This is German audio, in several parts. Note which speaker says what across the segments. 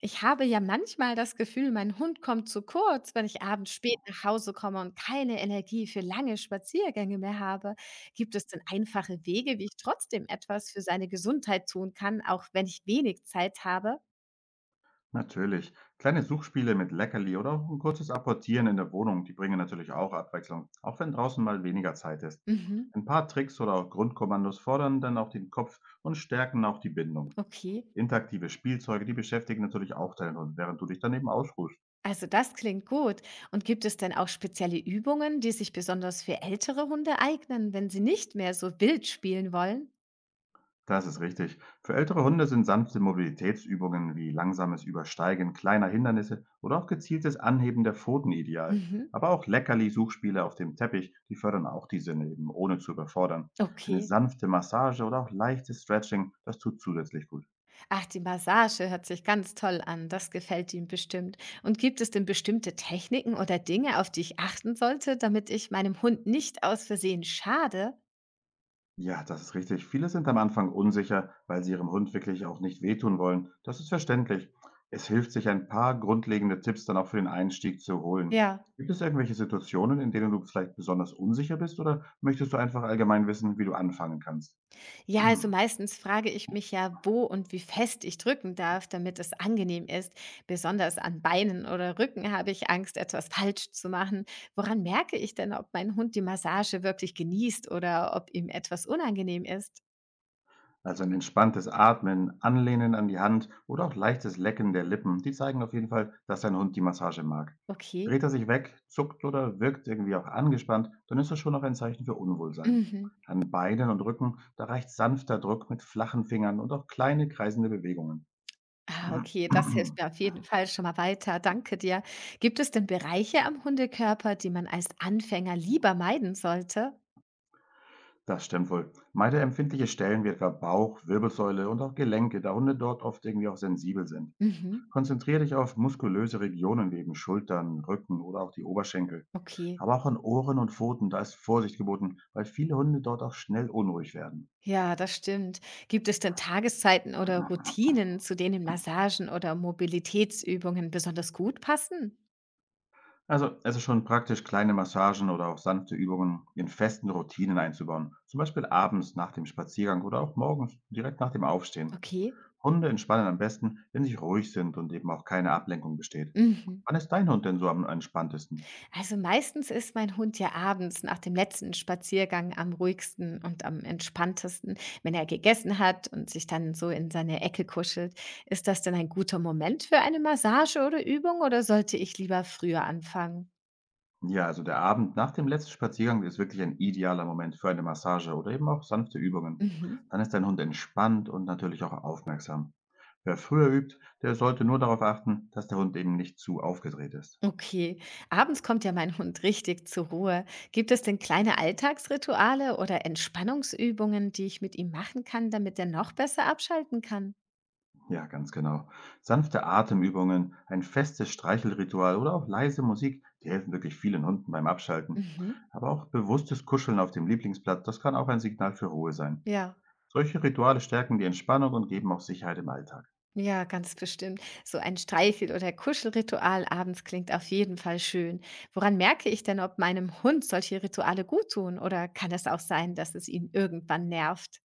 Speaker 1: Ich habe ja manchmal das Gefühl, mein Hund kommt zu kurz, wenn ich abends spät nach Hause komme und keine Energie für lange Spaziergänge mehr habe. Gibt es denn einfache Wege, wie ich trotzdem etwas für seine Gesundheit tun kann, auch wenn ich wenig Zeit habe?
Speaker 2: Natürlich. Kleine Suchspiele mit Leckerli oder auch ein kurzes Apportieren in der Wohnung, die bringen natürlich auch Abwechslung, auch wenn draußen mal weniger Zeit ist.
Speaker 1: Mhm,
Speaker 2: Ein paar Tricks oder auch Grundkommandos fordern dann auch den Kopf und stärken auch die Bindung.
Speaker 1: okay.
Speaker 2: Interaktive Spielzeuge, die beschäftigen natürlich auch deinen Hund, während du dich dann eben ausruhst.
Speaker 1: Also das klingt gut. Und gibt es denn auch spezielle Übungen, die sich besonders für ältere Hunde eignen, wenn sie nicht mehr so wild spielen wollen?
Speaker 2: Das ist richtig. Für ältere Hunde sind sanfte Mobilitätsübungen wie langsames Übersteigen kleiner Hindernisse oder auch gezieltes Anheben der Pfoten ideal.
Speaker 1: Mhm,
Speaker 2: Aber auch Leckerli-Suchspiele auf dem Teppich, die fördern auch die Sinne eben, ohne zu überfordern. Eine
Speaker 1: okay.
Speaker 2: sanfte Massage oder auch leichtes Stretching, das tut zusätzlich gut.
Speaker 1: Ach, die Massage hört sich ganz toll an. Das gefällt ihm bestimmt. Und gibt es denn bestimmte Techniken oder Dinge, auf die ich achten sollte, damit ich meinem Hund nicht aus Versehen schade?
Speaker 2: Ja, das ist richtig. Viele sind am Anfang unsicher, weil sie ihrem Hund wirklich auch nicht wehtun wollen. Das ist verständlich. Es hilft, sich ein paar grundlegende Tipps dann auch für den Einstieg zu holen.
Speaker 1: Ja,
Speaker 2: Gibt es irgendwelche Situationen, in denen du vielleicht besonders unsicher bist oder möchtest du einfach allgemein wissen, wie du anfangen kannst?
Speaker 1: Ja, also meistens frage ich mich ja, wo und wie fest ich drücken darf, damit es angenehm ist. Besonders an Beinen oder Rücken habe ich Angst, etwas falsch zu machen. Woran merke ich denn, ob mein Hund die Massage wirklich genießt oder ob ihm etwas unangenehm ist?
Speaker 2: Also ein entspanntes Atmen, Anlehnen an die Hand oder auch leichtes Lecken der Lippen, die zeigen auf jeden Fall, dass dein Hund die Massage mag.
Speaker 1: Okay.
Speaker 2: Dreht er sich weg, zuckt oder wirkt irgendwie auch angespannt, dann ist das schon noch ein Zeichen für Unwohlsein.
Speaker 1: Mhm.
Speaker 2: An Beinen und Rücken, da reicht sanfter Druck mit flachen Fingern und auch kleine kreisende Bewegungen.
Speaker 1: Ah, okay, das hilft mir auf jeden Fall schon mal weiter. Danke dir. Gibt es denn Bereiche am Hundekörper, die man als Anfänger lieber meiden sollte?
Speaker 2: Das stimmt wohl. Meide empfindliche Stellen wie etwa Bauch, Wirbelsäule und auch Gelenke, da Hunde dort oft irgendwie auch sensibel sind.
Speaker 1: Mhm.
Speaker 2: Konzentriere dich auf muskulöse Regionen wie eben Schultern, Rücken oder auch die Oberschenkel.
Speaker 1: Okay.
Speaker 2: Aber auch an Ohren und Pfoten, da ist Vorsicht geboten, weil viele Hunde dort auch schnell unruhig werden.
Speaker 1: Ja, das stimmt. Gibt es denn Tageszeiten oder Routinen, zu denen Massagen oder Mobilitätsübungen besonders gut passen?
Speaker 2: Also es ist schon praktisch, kleine Massagen oder auch sanfte Übungen in festen Routinen einzubauen. Zum Beispiel abends nach dem Spaziergang oder auch morgens direkt nach dem Aufstehen.
Speaker 1: Okay.
Speaker 2: Hunde entspannen am besten, wenn sie ruhig sind und eben auch keine Ablenkung besteht.
Speaker 1: Mhm.
Speaker 2: Wann ist dein Hund denn so am entspanntesten?
Speaker 1: Also meistens ist mein Hund ja abends nach dem letzten Spaziergang am ruhigsten und am entspanntesten. Wenn er gegessen hat und sich dann so in seine Ecke kuschelt, ist das denn ein guter Moment für eine Massage oder Übung oder sollte ich lieber früher anfangen?
Speaker 2: Ja, also der Abend nach dem letzten Spaziergang ist wirklich ein idealer Moment für eine Massage oder eben auch sanfte Übungen.
Speaker 1: Mhm.
Speaker 2: Dann ist dein Hund entspannt und natürlich auch aufmerksam. Wer früher übt, der sollte nur darauf achten, dass der Hund eben nicht zu aufgedreht ist.
Speaker 1: Okay, abends kommt ja mein Hund richtig zur Ruhe. Gibt es denn kleine Alltagsrituale oder Entspannungsübungen, die ich mit ihm machen kann, damit er noch besser abschalten kann?
Speaker 2: Ja, ganz genau. Sanfte Atemübungen, ein festes Streichelritual oder auch leise Musik, die helfen wirklich vielen Hunden beim Abschalten.
Speaker 1: Mhm.
Speaker 2: Aber auch bewusstes Kuscheln auf dem Lieblingsplatz, das kann auch ein Signal für Ruhe sein.
Speaker 1: Ja.
Speaker 2: Solche Rituale stärken die Entspannung und geben auch Sicherheit im Alltag.
Speaker 1: Ja, ganz bestimmt. So ein Streichel- oder Kuschelritual abends klingt auf jeden Fall schön. Woran merke ich denn, ob meinem Hund solche Rituale gut tun? Oder kann es auch sein, dass es ihn irgendwann nervt?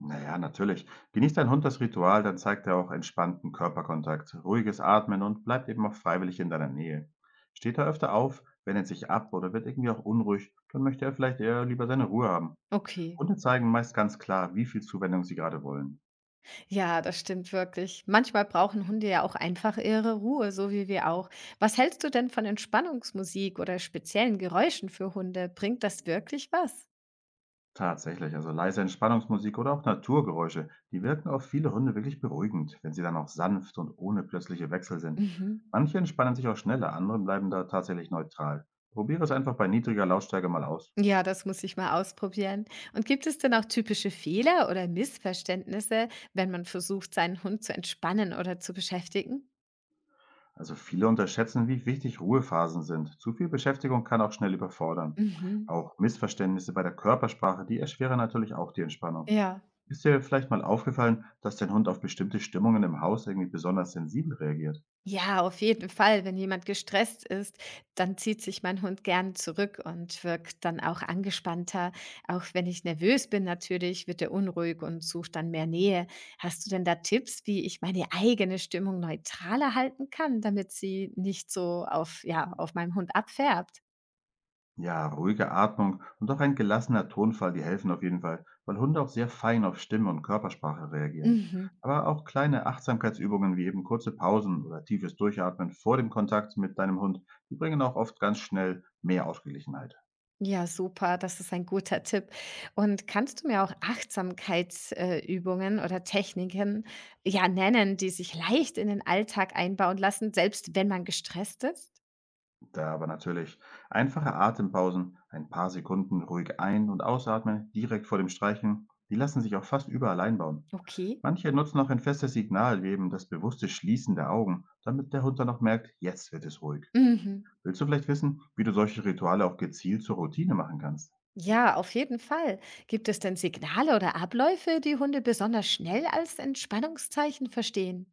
Speaker 2: Na ja, natürlich. Genießt dein Hund das Ritual, dann zeigt er auch entspannten Körperkontakt, ruhiges Atmen und bleibt eben auch freiwillig in deiner Nähe. Steht er öfter auf, wendet sich ab oder wird irgendwie auch unruhig, dann möchte er vielleicht eher lieber seine Ruhe haben.
Speaker 1: Okay,
Speaker 2: Hunde zeigen meist ganz klar, wie viel Zuwendung sie gerade wollen.
Speaker 1: ja, das stimmt wirklich. Manchmal brauchen Hunde ja auch einfach ihre Ruhe, so wie wir auch. Was hältst du denn von Entspannungsmusik oder speziellen Geräuschen für Hunde? Bringt das wirklich was?
Speaker 2: Tatsächlich, also leise Entspannungsmusik oder auch Naturgeräusche, die wirken auf viele Hunde wirklich beruhigend, wenn sie dann auch sanft und ohne plötzliche Wechsel sind.
Speaker 1: Mhm.
Speaker 2: Manche entspannen sich auch schneller, andere bleiben da tatsächlich neutral. Probiere es einfach bei niedriger Lautstärke mal aus.
Speaker 1: Ja, das muss ich mal ausprobieren. Und gibt es denn auch typische Fehler oder Missverständnisse, wenn man versucht, seinen Hund zu entspannen oder zu beschäftigen?
Speaker 2: Also viele unterschätzen, wie wichtig Ruhephasen sind. Zu viel Beschäftigung kann auch schnell überfordern.
Speaker 1: Mhm.
Speaker 2: Auch Missverständnisse bei der Körpersprache, die erschweren natürlich auch die Entspannung.
Speaker 1: Ja.
Speaker 2: Ist dir vielleicht mal aufgefallen, dass dein Hund auf bestimmte Stimmungen im Haus irgendwie besonders sensibel reagiert?
Speaker 1: Ja, auf jeden Fall. Wenn jemand gestresst ist, dann zieht sich mein Hund gern zurück und wirkt dann auch angespannter. Auch wenn ich nervös bin, natürlich wird er unruhig und sucht dann mehr Nähe. Hast du denn da Tipps, wie ich meine eigene Stimmung neutraler halten kann, damit sie nicht so auf, ja, auf meinem Hund abfärbt?
Speaker 2: Ja, ruhige Atmung und auch ein gelassener Tonfall, die helfen auf jeden Fall, weil Hunde auch sehr fein auf Stimme und Körpersprache reagieren.
Speaker 1: Mhm.
Speaker 2: Aber auch kleine Achtsamkeitsübungen wie eben kurze Pausen oder tiefes Durchatmen vor dem Kontakt mit deinem Hund, die bringen auch oft ganz schnell mehr Ausgeglichenheit.
Speaker 1: Ja, super, das ist ein guter Tipp. Und kannst du mir auch Achtsamkeitsübungen Übungen oder Techniken ja nennen, die sich leicht in den Alltag einbauen lassen, selbst wenn man gestresst ist?
Speaker 2: Da aber natürlich einfache Atempausen, ein paar Sekunden ruhig ein- und ausatmen, direkt vor dem Streichen, die lassen sich auch fast überall einbauen.
Speaker 1: Okay.
Speaker 2: Manche nutzen auch ein festes Signal, wie eben das bewusste Schließen der Augen, damit der Hund dann auch merkt, jetzt wird es ruhig.
Speaker 1: Mhm.
Speaker 2: Willst du vielleicht wissen, wie du solche Rituale auch gezielt zur Routine machen kannst?
Speaker 1: Ja, auf jeden Fall. Gibt es denn Signale oder Abläufe, die Hunde besonders schnell als Entspannungszeichen verstehen?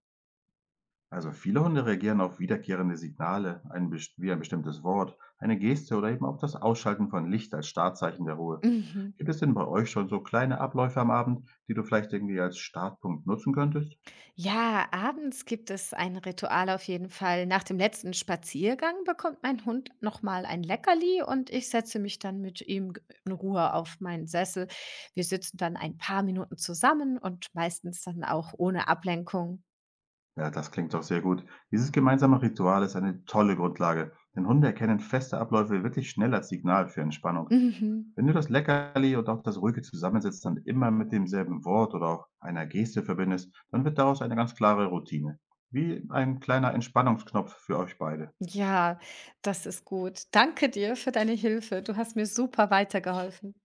Speaker 2: Also viele Hunde reagieren auf wiederkehrende Signale, wie ein bestimmtes Wort, eine Geste oder eben auch das Ausschalten von Licht als Startzeichen der Ruhe.
Speaker 1: Mhm.
Speaker 2: Gibt es denn bei euch schon so kleine Abläufe am Abend, die du vielleicht irgendwie als Startpunkt nutzen könntest?
Speaker 1: Ja, abends gibt es ein Ritual auf jeden Fall. Nach dem letzten Spaziergang bekommt mein Hund nochmal ein Leckerli und ich setze mich dann mit ihm in Ruhe auf meinen Sessel. Wir sitzen dann ein paar Minuten zusammen und meistens dann auch ohne Ablenkung.
Speaker 2: Ja, das klingt doch sehr gut. Dieses gemeinsame Ritual ist eine tolle Grundlage, denn Hunde erkennen feste Abläufe wirklich schnell als Signal für Entspannung.
Speaker 1: Mhm.
Speaker 2: Wenn du das Leckerli und auch das ruhige Zusammensitzen dann immer mit demselben Wort oder auch einer Geste verbindest, dann wird daraus eine ganz klare Routine. Wie ein kleiner Entspannungsknopf für euch beide.
Speaker 1: Ja, das ist gut. Danke dir für deine Hilfe. Du hast mir super weitergeholfen.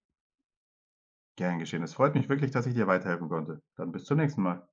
Speaker 2: Gern geschehen. Es freut mich wirklich, dass ich dir weiterhelfen konnte. Dann bis zum nächsten Mal.